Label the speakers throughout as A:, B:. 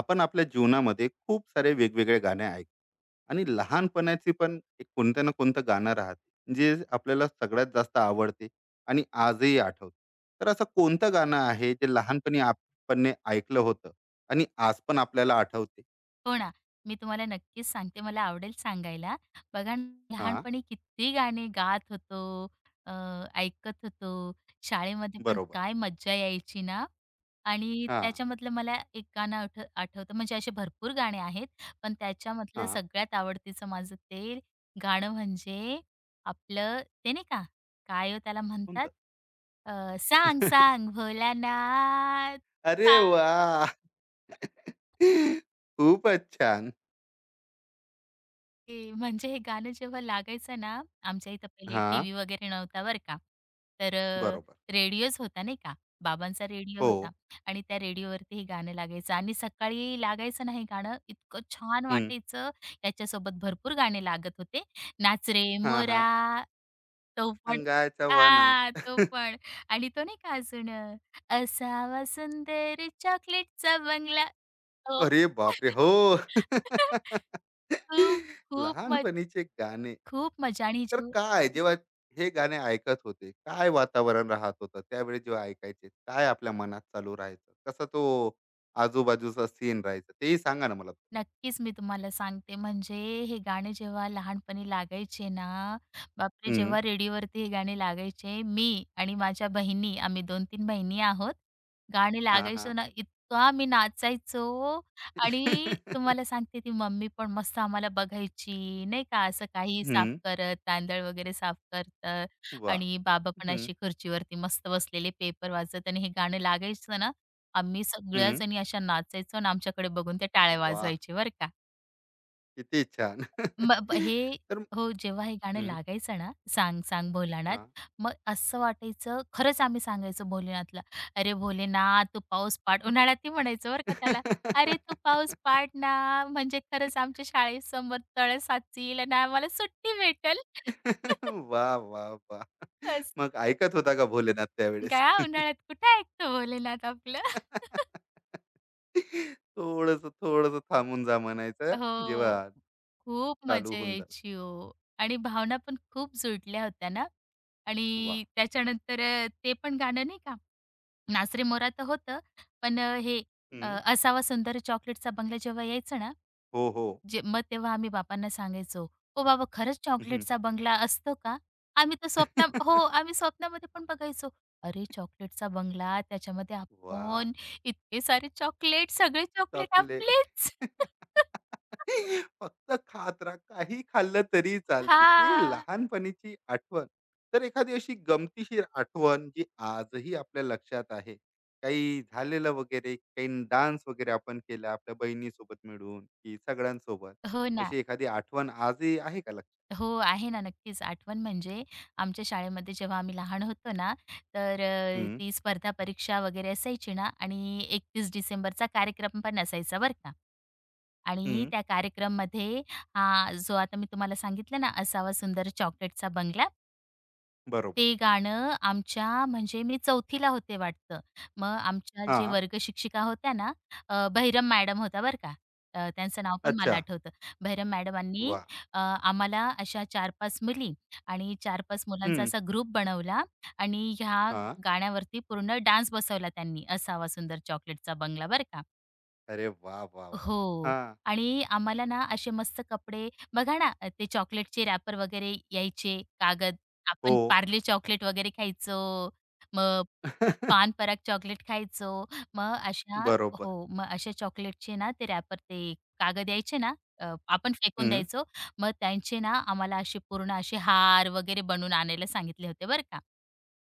A: आपण आपल्या जीवनामध्ये खूप सारे वेगवेगळे गाणे ऐकतो आणि लहानपणाची पण एक कोणतं ना कोणतं गाणं राहते जे आपल्याला सगळ्यात जास्त आवडते आणि आजही आठवते. तर असं कोणतं गाणं आहे जे लहानपणी आपण ऐकलं होतं आणि आज पण आपल्याला आठवते?
B: हो ना. मी तुम्हाला नक्कीच सांगते, मला आवडेल सांगायला. बघा ना,
A: हा.
B: लहानपणी किती गाणे गात होतो, अ, ऐकत होतो. शाळेमध्ये पण
A: बरोबर.
B: काय मज्जा यायची ना. आणि
A: हा
B: त्याच्यामधलं मला एक गाणं आठवतं, म्हणजे असे भरपूर गाणे आहेत, पण
A: हा.
B: त्याच्यामधलं सगळ्यात आवडतीचं माझं ते गाणं म्हणजे आपलं ते नाही का, काय हो त्याला
A: कोणतं?
B: म्हणतात? अ, सांग सांग भोलानाथ,
A: अरे वा, खूपच छान.
B: ते म्हणजे हे गाणं जेव्हा लागायचं ना, आमच्या इथं पहिले
A: हा.
B: टीव्ही वगैरे नव्हता बरं का. तर
A: बरोबर.
B: रेडिओच होता नाही का, बाबांचा रेडिओ
A: हो.
B: होता आणि त्या रेडिओवरती हे गाणं लागायचं आणि सकाळी लागायचं ना हे गाणं, इतकं छान
A: हम्म,
B: वाटायचं. याच्यासोबत भरपूर गाणे लागत होते. नाच रे
A: हा हा.
B: मोरा, तो पण
A: अंगाच्या वना.
B: हां, तो पण आणि तो नाही का अजून असावा सुंदर चॉकलेटचा बंगला. तो.
A: अरे बापरे! हो.
B: तू खूप म
A: लहानपणीचे गाणे.
B: खूप मजा आणि
A: तर
B: जेव्हा
A: काय जेव्हा हे गाणे ऐकत होते, काय वातावरण राहत होतं त्यावेळी जेव्हा ऐकायचे? काय आपल्या मनात चालू राहायचं? कसा तो आजूबाजूचा सीन राहायचा? तेही सांगा ना मला?
B: नक्कीच मी तुम्हाला सांगते, म्हणजे हे गाणे जेव्हा लहानपणी लागायचे ना, बापरे!
A: हं.
B: जेव्हा रेडिओवरती हे गाणे लागायचे, मी आणि माझ्या बहिणी, आम्ही 2-3 बहिणी आहोत. गाणे
A: हां, हां.
B: लागायचं ना, इतका मी नाचायचो आणि तुम्हाला सांगते ती मम्मी पण मस्त आम्हाला बघायची, नाही का, असं काही साफ
A: हं.
B: करत, तांदळ वगैरे साफ करत
A: वाह!
B: आणि बाबा पण
A: हं,
B: अशी खुर्चीवरती मस्त बसलेले, पेपर वाचत आणि हे गाणं लागायचं ना, आम्ही सगळ्या
A: हं.
B: जणी अशा नाचायचो आणि आमच्याकडे बघून ते टाळ्या
A: वाह!
B: वाजवायचे बरं का.
A: किती छान.
B: म ब हे
A: तर.
B: हो, जेव्हा हे गाणं
A: हं.
B: लागायचं ना, "सांग सांग भोलानाथ,"
A: हां.
B: मग असं वाटायचं खरंच आम्ही सांगायचो भोलेनाथला, "अरे भोलेनाथ तू पाऊस पाड" उन्हाळ्यातही म्हणायचो बरं का त्याला, "अरे तू पाऊस पाड ना, म्हणजे खरंच आमच्या शाळेसमोर तळ साचील आणि आम्हाला सुट्टी भेटेल."
A: वाह! वाह! वाह!
B: असं.
A: मग ऐकत होता का भोलेनाथ त्यावेळेस?
B: गया उन्हाळ्यात कुठं ऐकतो भोलेनाथ आपलं.
A: थोडंसं, थोडंसं थांबून जा म्हणायचं.
B: हो.
A: जेव्हा
B: खूप
A: चालू
B: मजा
A: होऊन जाणार.
B: यायची हो आणि भावना पण खूप जुळल्या होत्या ना
A: वाह!
B: आणि त्याच्यानंतर ते पण गाणं नाही का, नाच रे मोरा तर होतं, पण हे अ,
A: हं.
B: असावा सुंदर चॉकलेटचा बंगला जेव्हा यायचं ना,
A: हो, हो.
B: जे मग तेव्हा आम्ही बाबांना सांगायचो, "ओ बाबा खरंच
A: हं.
B: चॉकलेटचा बंगला असतो का?" आम्ही तर हो, आम्ही स्वप्नामध्ये पण बघायचो. अरे चॉकलेटचा बंगला, त्याच्यामध्ये आपण इतके सारे चॉकलेट, सगळे चॉकलेट
A: चॉकलेट.
B: आपलेच.
A: फक्त खात राहा. काही खाल्लं तरी चालते. ती
B: हा,
A: लहानपणीची आठवण. तर एखादी अशी गमतीशीर आठवण जी आजही आपल्या लक्षात आहे. काही झालेलं वगैरे, काही डान्स वगैरे आपण केला आपल्या बहिणीसोबत मिळून, की सगळ्यांसोबत.
B: हो ना.
A: अशी एखादी आठवण आजही आहे का लक्षात?
B: हो, आहे ना, नक्कीच. आठवण म्हणजे आमच्या शाळेमध्ये जेव्हा आम्ही लहान होतो ना, तर
A: हं,
B: ती स्पर्धा परीक्षा वगैरे असायची ना आणि 31 डिसेंबरचा कार्यक्रम पण असायचा बरं का. आणि
A: हं.
B: त्या कार्यक्रममध्ये हा जो आता मी तुम्हाला सांगितलं ना, असावा सुंदर चॉकलेटचा बंगला.
A: बरोबर.
B: ते गाणं आमच्या म्हणजे मी चौथीला होते वाटतं. मग आमच्या जे
A: हां.
B: वर्ग शिक्षिका होत्या ना, बहिरम मॅडम होत्या बरं का. त्यांचं नाव पण मला
A: अच्छा.
B: आठवतं. बहिरम मॅडमांनी
A: वा.
B: आम्हाला अशा 4-5 मुली आणि 4-5 मुलांचा
A: हं.
B: असा ग्रुप बनवला आणि ह्या
A: हां.
B: गाण्यावरती पूर्ण डान्स बसवला त्यांनी, "असावा सुंदर चॉकलेटचा बंगला" बरं का.
A: अरे वा वाह, वाह!
B: हो.
A: हां.
B: आणि आम्हाला ना असे मस्त कपडे बघा ना, ते चॉकलेटचे रॅपर वगैरे यायचे, कागद.
A: हो.
B: आपण पार्ले चॉकलेट वगैरे खायचो. मग पान पराग चॉकलेट खायचो. मग अशा
A: बरोबर.
B: हो, मग अशा चॉकलेटचे ना ते रॅपर ते कागद यायचे ना, आपण फेकून द्यायचो. मग त्यांचे ना आम्हाला असे पूर्ण असे हार वगैरे बनवून आणायला सांगितले होते बरं का.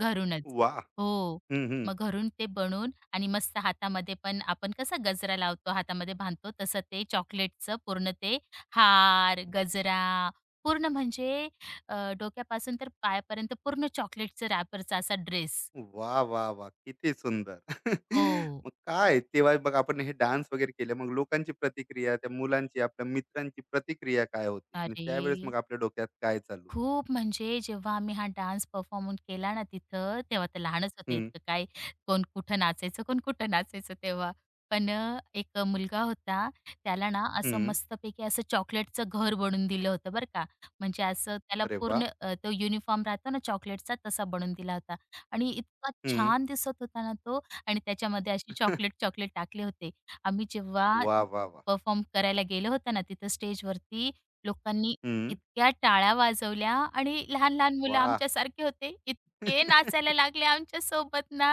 B: घरूनच.
A: वा.
B: हो.
A: हं, हं.
B: मग घरून ते बनवून आणि मस्त हातामध्ये पण आपण कसा गजरा लावतो, हातामध्ये बांधतो, तसं ते चॉकलेटचं पूर्ण ते हार, गजरा पूर्ण म्हणजे डोक्यापासून तर पायापर्यंत पूर्ण चॉकलेटचं रॅपरचा असा ड्रेस.
A: वाह, वाह, वाह! किती सुंदर.
B: हो.
A: मग काय तेव्हा मग आपण हे डान्स वगैरे केले. मग लोकांची प्रतिक्रिया, त्या मुलांची, आपल्या मित्रांची प्रतिक्रिया काय होती? आणि
B: अरे
A: त्यावेळेस मग आपल्या डोक्यात काय चालू?
B: खूप म्हणजे जेव्हा आम्ही हा डान्स परफॉर्म केला ना तिथं, तेव्हा तर लहानच होते
A: हं,
B: इतकं काय कोण कुठं नाचायचं, कोण कुठं नाचायचं तेव्हा. पण एक मुलगा होता त्याला ना असं
A: हं.
B: मस्तपैकी असं चॉकलेटचं घर बनवून दिलं होतं बरं का. म्हणजे असं त्याला
A: अरे वाह!
B: पूर्ण तो युनिफॉर्म राहतो ना चॉकलेटचा तसा बनवून दिला होता आणि इतका
A: हं.
B: छान दिसत होता ना तो आणि त्याच्यामध्ये अशी चॉकलेट, चॉकलेट टाकले होते. आम्ही जेव्हा
A: वाह, वाह, वाह!
B: परफॉर्म करायला गेलो होतो ना तिथं स्टेजवरती लोकांनी
A: हं.
B: इतक्या टाळ्या वाजवल्या आणि लहान-लहान मुलं
A: वाह!
B: आमच्यासारखे होते. इतके नाचायला लागले आमच्यासोबत ना.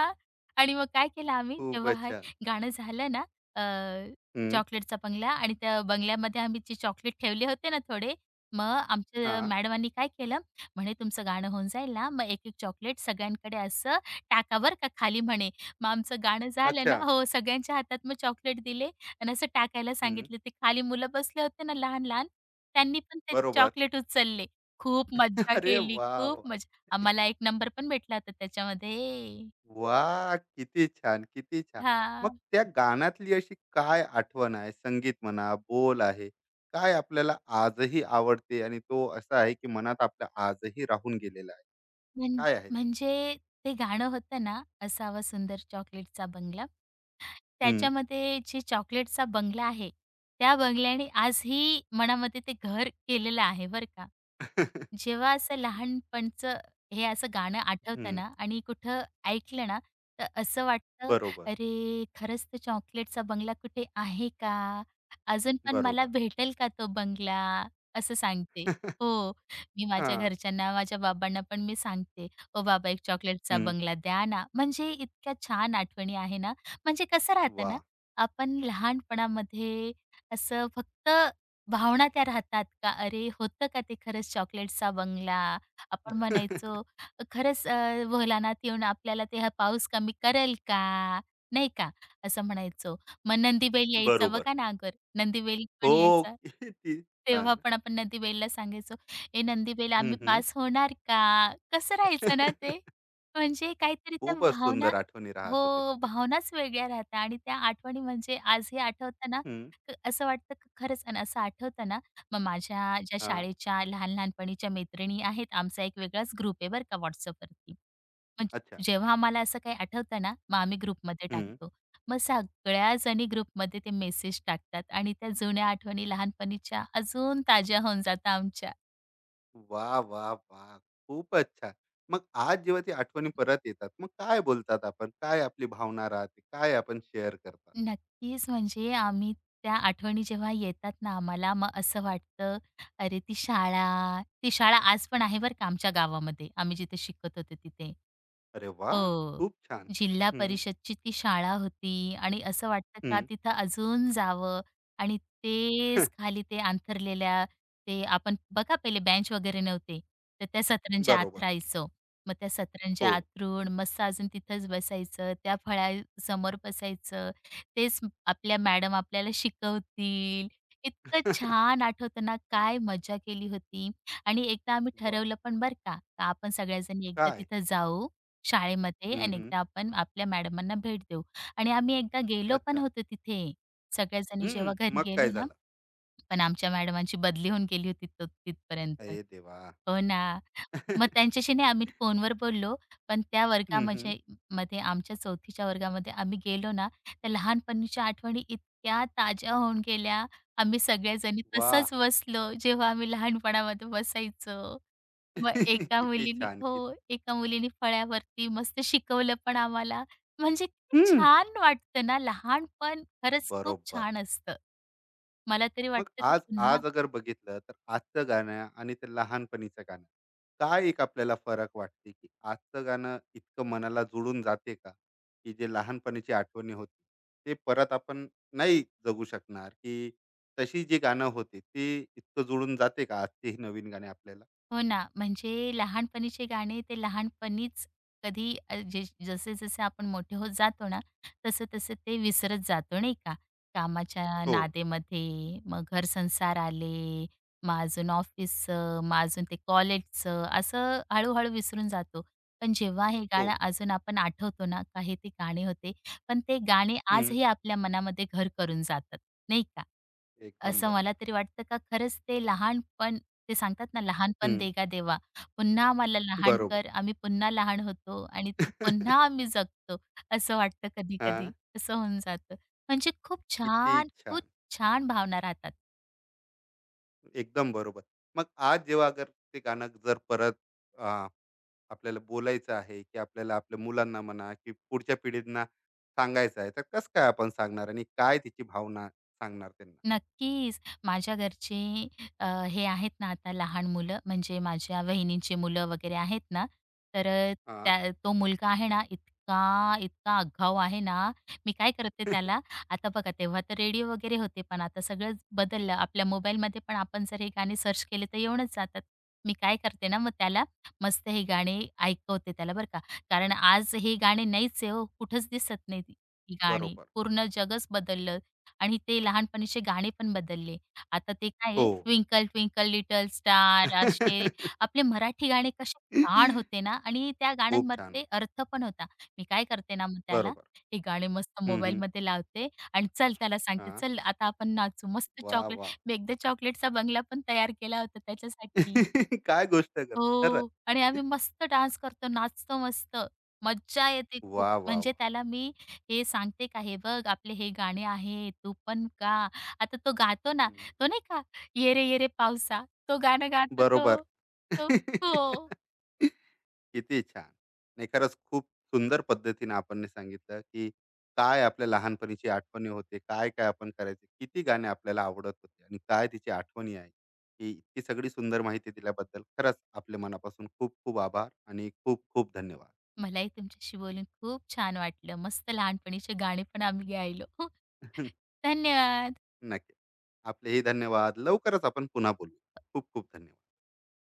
B: आणि मग काय केलं आम्ही तेव्हा
A: खूपच
B: हे
A: छान.
B: गाणं झालं ना, अ,
A: हं.
B: चॉकलेटचा बंगला आणि त्या बंगल्यामध्ये आम्ही जे चॉकलेट ठेवले होते ना थोडे, मग आमच्या
A: हां.
B: मॅडमांनी काय केलं, म्हणे तुमचं गाणं होऊन जाईल ना, मग एक-एक चॉकलेट सगळ्यांकडे असं टाका बरं का खाली म्हणे. मग आमचं गाणं झालं ना
A: अच्छा.
B: हो, सगळ्यांच्या हातात मग चॉकलेट दिले आणि असं टाकायला
A: हं.
B: सांगितले. ते खाली मुलं बसले होते ना लहान-लहान त्यांनी पण ते
A: बरोबर.
B: चॉकलेट उचलले. खूप मज्जा
A: अरे
B: केली,
A: वाह!
B: खूप मजा आम्हाला एक नंबर पण भेटला होता त्याच्यामध्ये.
A: वा, किती छान, किती छान. मग
B: हां,
A: त्या गाण्यातली अशी काय आठवण आहे, संगीत म्हणा, बोल आहे, काय आपल्याला आजही आवडते आणि तो असा आहे, की मनात आपल्या आजही राहून गेलेला आहे?
B: म्हण
A: काय आहे ते?
B: म्हणजे ते गाणं होतं ना, असावा सुंदर चॉकलेटचा बंगला.
A: हं. हं.
B: त्याच्यामध्ये जे चॉकलेटचा बंगला आहे, त्या बंगल्याने आजही मनामध्ये ते घर केलेलं आहे बरं का. जेव्हा असं लहानपणचं हे असं गाणं आठवतं ना आणि कुठं ऐकलं ना, तर असं वाटतं,
A: बरोबर,
B: "अरे, खरंच तो चॉकलेटचा बंगला कुठे आहे का? अजून पण मला
A: बरोबर.
B: भेटेल का तो बंगला?" असं सांगते. हो, मी माझ्या
A: हां.
B: घरच्यांना, माझ्या बाबांना पण मी सांगते, "ओ बाबा, एक चॉकलेटचा
A: हं.
B: बंगला द्या ना." म्हणजे इतक्या छान आठवणी आहे ना, म्हणजे कसं राहतं ना,
A: वाह!
B: आपण लहानपणामध्ये असं फक्त भावना त्या राहतात का? अरे, होतं का ते खरंच चॉकलेटचा बंगला? आपण म्हणायचो खरंच भोलानाथ येऊन आपल्याला ते हा पाऊस कमी करेल का? नाही का? असं म्हणायचो. मग नंदीबैल यायचा
A: बरोबर.
B: बघा ना अगोदर. नंदीबैल पण
A: हो,
B: यायचा.
A: किती छान.
B: तेव्हा पण आपण नंदीबैलला सांगायचो, "ए नंदीबैल
A: हं,
B: आम्ही
A: हं.
B: पास होणार का?" कसं राहायचं ना ते? म्हणजे काहीतरी त्या
A: खूपच
B: भावना
A: सुंदर आठवणी राहत
B: हो,
A: होत्या तिथं.
B: भावनाच वेगळ्या राहतात आणि त्या आठवणी म्हणजे आजही आठवताना
A: हं.
B: असं वाटतं खरंच आणि असं आठवतं ना, मग माझ्या ज्या
A: हां.
B: शाळेच्या लहान-लहानपणीच्या मैत्रिणी आहेत, आमचा एक वेगळाच ग्रुप आहे बरं का WhatsAppवरती. मग
A: अच्छा.
B: जेव्हा आम्हाला असं काही आठवतं ना, मग आम्ही ग्रुपमध्ये
A: हं.
B: टाकतो. मग सगळ्या जणी ग्रुपमध्ये ते मेसेज टाकतात आणि त्या जुन्या आठवणी लहानपणीच्या अजून ताज्या होऊन जातात आमच्या.
A: वाह! वाह! वाह! खूपच छान. मग आज जेव्हा ती आठवणी परत येतात, मग काय बोलतात आपण? काय आपली भावना राहते? काय आपण शेअर करतात?
B: नक्कीच म्हणजे आम्ही त्या आठवणी जेव्हा येतात ना आम्हाला, मग असं वाटतं, अरे ती शाळा, ती शाळा आज पण आहे बरं का आमच्या गावामध्ये, आम्ही जिथे शिकत होतो तिथे.
A: अरे वाह!
B: हो.
A: खूप छान.
B: जिल्हा
A: हं,
B: परिषदची ती शाळा होती आणि असं वाटतं का
A: हं.
B: तिथं अजून जावं आणि तेच खाली ते अंथरलेल्या ते आपण बघा पहिले बेंच वगैरे नव्हते, तर त्या सतरंज्या
A: बरोबर.
B: आथरायचो. मग त्या सतरंज्या
A: हो.
B: आथरून मस्त अजून तिथंच बसायचं, त्या फळ्यासमोर बसायचं. तेच आपल्या मॅडम आपल्याला शिकवतील. इतकं छान आठवतं ना, काय मजा केली होती. आणि एकदा आम्ही
A: वाह!
B: ठरवलं पण बरं का, का आपण सगळ्याजणी एकदा
A: काय?
B: तिथं जाऊ शाळेमध्ये
A: हं,
B: आणि
A: हं.
B: एकदा आपण आपल्या मॅडमांना भेट देऊ आणि आम्ही एकदा गेलो पण
A: अच्छा.
B: होतो तिथे. सगळ्याजणी
A: हं.
B: जेव्हा घरी
A: मग काय
B: गेलो ना,
A: झालं?
B: पण आमच्या मॅडमांची बदली होऊन गेली होती त तिथपर्यंत.
A: अरे देवा!
B: हो ना. मग त्यांच्याशी नाही आम्ही फोनवर बोललो, पण त्या
A: हं, हं.
B: वर्गामध्ये आमच्या 4थीच्या वर्गामध्ये आम्ही गेलो ना, त्या लहानपणीच्या आठवणी इतक्या ताज्या होऊन गेल्या. आम्ही सगळ्याजणी
A: वाह!
B: तसंच बसलो, जेव्हा आम्ही लहानपणामध्ये बसायचो. मग एका
A: किती
B: मुलीने
A: छान,
B: हो,
A: किती.
B: एका मुलीने फळ्यावरती मस्त शिकवलं पण आम्हाला. म्हणजे किती
A: हं.
B: छान वाटतं ना, लहानपण खरंच खूप
A: बरोबर.
B: छान असतं. मला तरी
A: मग
B: वाटतं ते
A: आज
B: पुन्हा
A: आज अगर बघितलं तर आजचं गाणं आणि ते लहानपणीचं गाणं काय एक आपल्याला फरक वाटते, की आजचं गाणं इतकं मनाला जुळून जाते का, की जे लहानपणीची आठवणी होती ते परत आपण नाही जगू शकणार, की तशी जी गाणं होती ती इतकं जुळून जाते का आजची ही नवीन गाणी आपल्याला?
B: हो ना, म्हणजे लहानपणीचे गाणे ते लहानपणीच कधी जसे-जसे आपण मोठे होत जातो ना, तसं-तसं ते विसरत जातो नाही का? कामाच्या
A: हो.
B: नादेमध्ये मग घर-संसार आले, मग अजून ऑफिसचं, मग अजून ते कॉलेजचं, असं हळू-हळू विसरून जातो. पण जेव्हा हे
A: हो.
B: गाणं अजून आपण आठवतो ना, का ते गाणे होते, पण ते गाणे
A: हम्म.
B: आजही आपल्या मनामध्ये घर करून जातात, नाही का?
A: एकदम
B: असं
A: बरोबर.
B: मला तरी वाटतं का खरंच ते लहानपण ते सांगतात ना, "लहानपण
A: हम्म.
B: देगा देवा." पुन्हा आम्हाला लहान
A: बरोबर.
B: कर. आम्ही पुन्हा लहान होतो आणि ते पुन्हा आम्ही जगतो, असं वाटतं
A: हा.
B: कधी-कधी. असं होऊन जातं. म्हणजे खूप
A: किती
B: छान, खूप
A: छान.
B: छान भावना राहतात.
A: एकदम बरोबर. मग आज जेव्हा अगर ते गाणं जर परत आपल्याला बोलायचं आहे, की आपल्याला आपल्या मुलांना म्हणा की पुढच्या पिढींना सांगायचं आहे, तर कसं काय आपण सांगणार आणि काय तिची भावना सांगणार त्यांना?
B: नक्कीच. माझ्या घरचे हे आहेत ना आता लहान मुलं, म्हणजे माझ्या वहिनींची मुलं वगैरे आहेत ना, तर
A: हा.
B: तो मुलगा आहे ना इतका, इतका आगाऊ आहे ना, मी काय करते त्याला आता बघा तेव्हा तर रेडिओ वगैरे होते, पण आता सगळंच बदललं. आपल्या मोबाईलमध्ये पण आपण जर हे गाणे सर्च केले तर येऊनच जातात. मी काय करते ना मग त्याला मस्त हे गाणे ऐकवते त्याला बरं का, कारण आज हे गाणे नाहीच आहे हो, कुठंच दिसत नाही ही गाणी.
A: बरोबर.
B: पूर्ण जगच बदललं. आणि ते लहानपणीचे गाणे पण बदलले. आता ते काय
A: हो.
B: आहे, ट्विंकल ट्विंकल लिटल स्टार असे आपले मराठी गाणे कसे छान होते ना आणि त्या
A: खूप छान
B: गाण्यांमध्ये
A: होती.
B: अर्थ पण होता. मी काय करते ना मग त्याला,
A: बरोबर.
B: हे गाणे मस्त
A: हम्म, हम्म.
B: मोबाईलमध्ये लावते आणि चल त्याला सांगते,
A: हा.
B: "चल आता आपण नाचू." मस्त
A: वा
B: चॉकलेट
A: वा.
B: मी एकदा चॉकलेटचा बंगला पण तयार केला होता त्याच्यासाठी.
A: काय गोष्ट करता. खरं.
B: हो. आणि आम्ही मस्त डान्स करतो, नाचतो मस्त. मज्जा येते
A: वा
B: खूप.
A: वा
B: म्हणजे
A: वा.
B: त्याला मी हे सांगते का, "हे बघ आपले हे गाणे आहे, तू पण गा." आता तो गातो ना,
A: हम्म.
B: तो नाही का, "ये रे ये रे पावसा." तो गाणं गातो तो.
A: बरोबर.
B: तो हो.
A: किती छान! नाही, खरंच खूप सुंदर पद्धतीने आपण सांगितलं, की काय आपल्या लहानपणीची आठवणी होते, काय-काय आपण करायचे, किती गाणे आपल्याला आवडत होते आणि काय तिची आठवणी आहे. ही इतकी सगळी सुंदर माहिती दिल्याबद्दल खरंच आपले मनापासून खूप-खूप आभार आणि खूप-खूप धन्यवाद.
B: मलाही तुमच्याशी बोलून खूप छान वाटलं. मस्त लहानपणीचे गाणे पण आम्ही गायलो. धन्यवाद.
A: नक्की. आपलेही धन्यवाद. लवकरच आपण पुन्हा बोलू. खूप-खूप धन्यवाद.